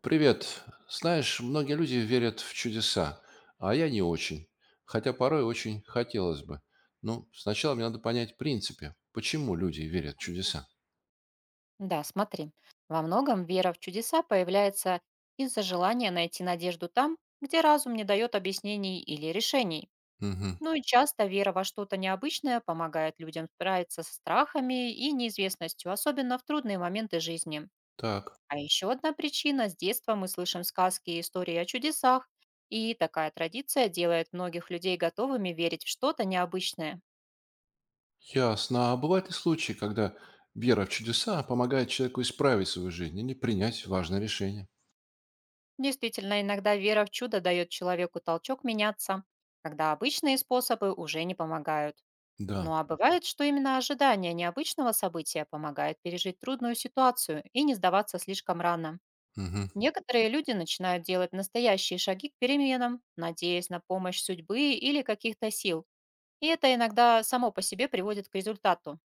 Привет. Знаешь, многие люди верят в чудеса, а я не очень. Хотя порой очень хотелось бы. Ну, сначала мне надо понять принципе, почему люди верят в чудеса. Да, смотри, во многом вера в чудеса появляется из-за желания найти надежду там, где разум не дает объяснений или решений. Угу, Ну и часто вера во что-то необычное помогает людям справиться со страхами и неизвестностью, особенно в трудные моменты жизни. так. А еще одна причина– с детства мы слышим сказки и истории о чудесах, и такая традиция делает многих людей готовыми верить в что-то необычное. Ясно. А бывают ли случаи, когда вера в чудеса помогает человеку исправить свою жизнь или принять важное решение? Действительно, иногда вера в чудо дает человеку толчок меняться, когда обычные способы уже не помогают. Да. Ну а бывает, что именно ожидание необычного события помогает пережить трудную ситуацию и не сдаваться слишком рано. Мгм. Некоторые люди начинают делать настоящие шаги к переменам, надеясь на помощь судьбы или каких-то сил. И это иногда само по себе приводит к результату.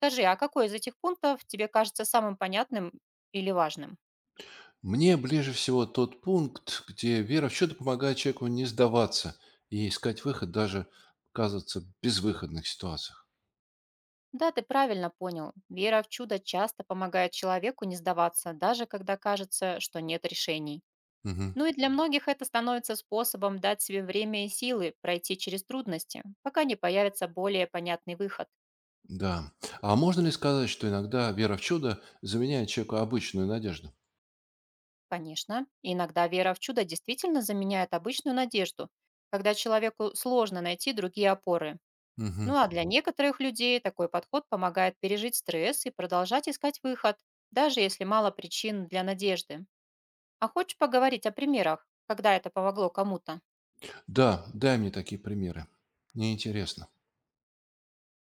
Скажи, а какой из этих пунктов тебе кажется самым понятным или важным? Мне ближе всего тот пункт, где вера в чудо помогает человеку не сдаваться и искать выход даже, кажется, в безвыходных ситуациях. Да, ты правильно понял. Вера в чудо часто помогает человеку не сдаваться, даже когда кажется, что нет решений. Мгм. Ну и для многих это становится способом дать себе время и силы пройти через трудности, пока не появится более понятный выход. Да. А можно ли сказать, что иногда вера в чудо заменяет человеку обычную надежду? Конечно, иногда вера в чудо действительно заменяет обычную надежду, когда человеку сложно найти другие опоры. Мгм. Ну а для некоторых людей такой подход помогает пережить стресс и продолжать искать выход, даже если мало причин для надежды. А хочешь поговорить о примерах, когда это помогло кому-то? Да, дай мне такие примеры. Мне интересно.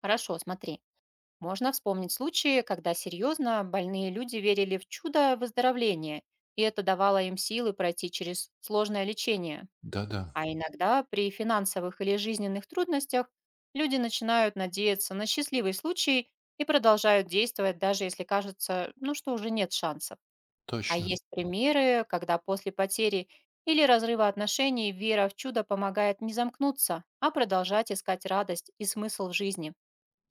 Хорошо, смотри. Можно вспомнить случаи, когда серьезно больные люди верили в чудо выздоровления, и это давало им силы пройти через сложное лечение. Да-да, А иногда при финансовых или жизненных трудностях люди начинают надеяться на счастливый случай и продолжают действовать, даже если кажется, ну, что уже нет шансов. А точно. есть примеры, когда после потери или разрыва отношений вера в чудо помогает не замкнуться, а продолжать искать радость и смысл в жизни.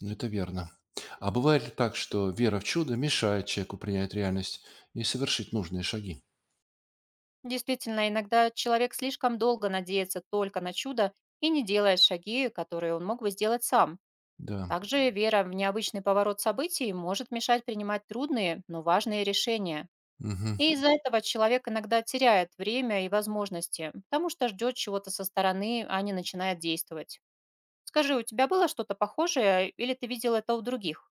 Это верно. А бывает ли так, что вера в чудо мешает человеку принять реальность и совершить нужные шаги? Действительно, иногда человек слишком долго надеется только на чудо и не делает шаги, которые он мог бы сделать сам. Да. Также вера в необычный поворот событий может мешать принимать трудные, но важные решения. Мгм. И из-за этого человек иногда теряет время и возможности, потому что ждет чего-то со стороны, а не начинает действовать. Скажи, у тебя было что-то похожее или ты видел это у других?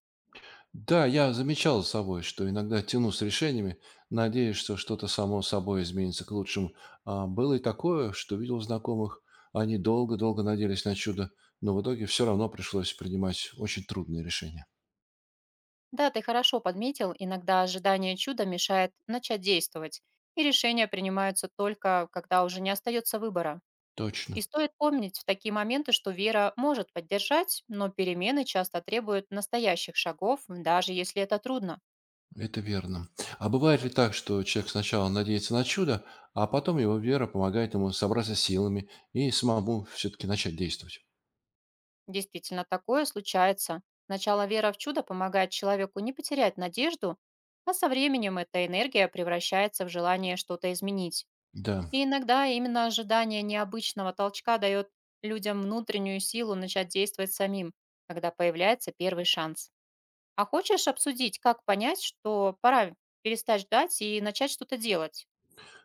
Да, я замечал за собой, что иногда тяну с решениями, надеясь, что что-то само собой изменится к лучшему. А было и такое, что видел у знакомых. Они долго-долго надеялись на чудо, но в итоге все равно пришлось принимать очень трудные решения. Да, ты хорошо подметил, иногда ожидание чуда мешает начать действовать, и решения принимаются только, когда уже не остается выбора. Точно, И стоит помнить в такие моменты, что вера может поддержать, но перемены часто требуют настоящих шагов, даже если это трудно. это верно. А бывает ли так, что человек сначала надеется на чудо, а потом его вера помогает ему собраться силами и самому все-таки начать действовать? Действительно, такое случается. Сначала вера в чудо помогает человеку не потерять надежду, а со временем эта энергия превращается в желание что-то изменить. Да. И иногда именно ожидание необычного толчка дает людям внутреннюю силу начать действовать самим, когда появляется первый шанс. А хочешь обсудить, как понять, что пора перестать ждать и начать что-то делать?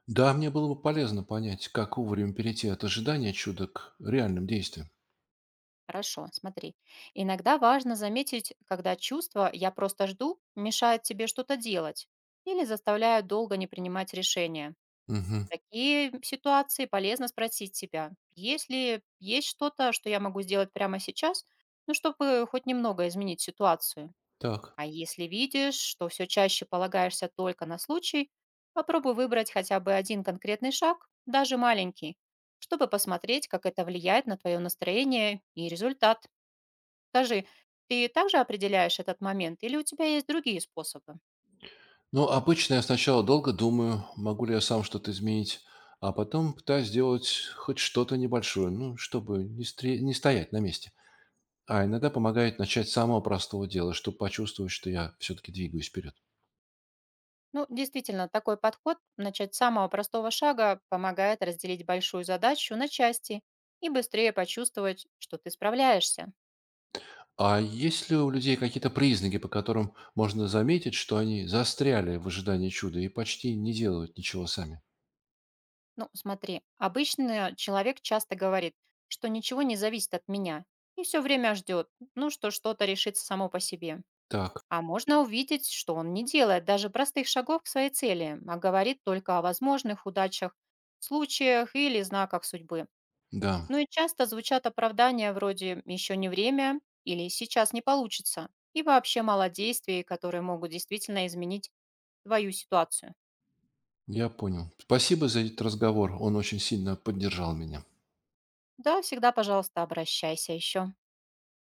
Да, мне было бы полезно понять, как вовремя перейти от ожидания чуда к реальным действиям. Хорошо, смотри. Иногда важно заметить, когда чувство «я просто жду» мешает тебе что-то делать или заставляет долго не принимать решения. Мгм. Такие ситуации полезно спросить себя, есть ли есть что-то, что я могу сделать прямо сейчас, ну, чтобы хоть немного изменить ситуацию. Так. А если видишь, что все чаще полагаешься только на случай, попробуй выбрать хотя бы один конкретный шаг, даже маленький, чтобы посмотреть, как это влияет на твое настроение и результат. Скажи, ты также определяешь этот момент или у тебя есть другие способы? Ну, обычно я сначала долго думаю, могу ли я сам что-то изменить, а потом пытаюсь сделать хоть что-то небольшое, ну, чтобы не стоять на месте. А иногда помогает начать с самого простого дела, чтобы почувствовать, что я все-таки двигаюсь вперед. Ну, действительно, такой подход, начать с самого простого шага, помогает разделить большую задачу на части и быстрее почувствовать, что ты справляешься. А есть ли у людей какие-то признаки, по которым можно заметить, что они застряли в ожидании чуда и почти не делают ничего сами? Ну, смотри, обычно человек часто говорит, что ничего не зависит от меня и все время ждет, ну, что что-то решится само по себе. Так, А можно увидеть, что он не делает даже простых шагов к своей цели, а говорит только о возможных удачах, случаях или знаках судьбы. да, Ну и часто звучат оправдания вроде «еще не время» или «сейчас не получится» и вообще мало действий, которые могут действительно изменить твою ситуацию. я понял. Спасибо за этот разговор, он очень сильно поддержал меня. Да, всегда, пожалуйста, обращайся еще.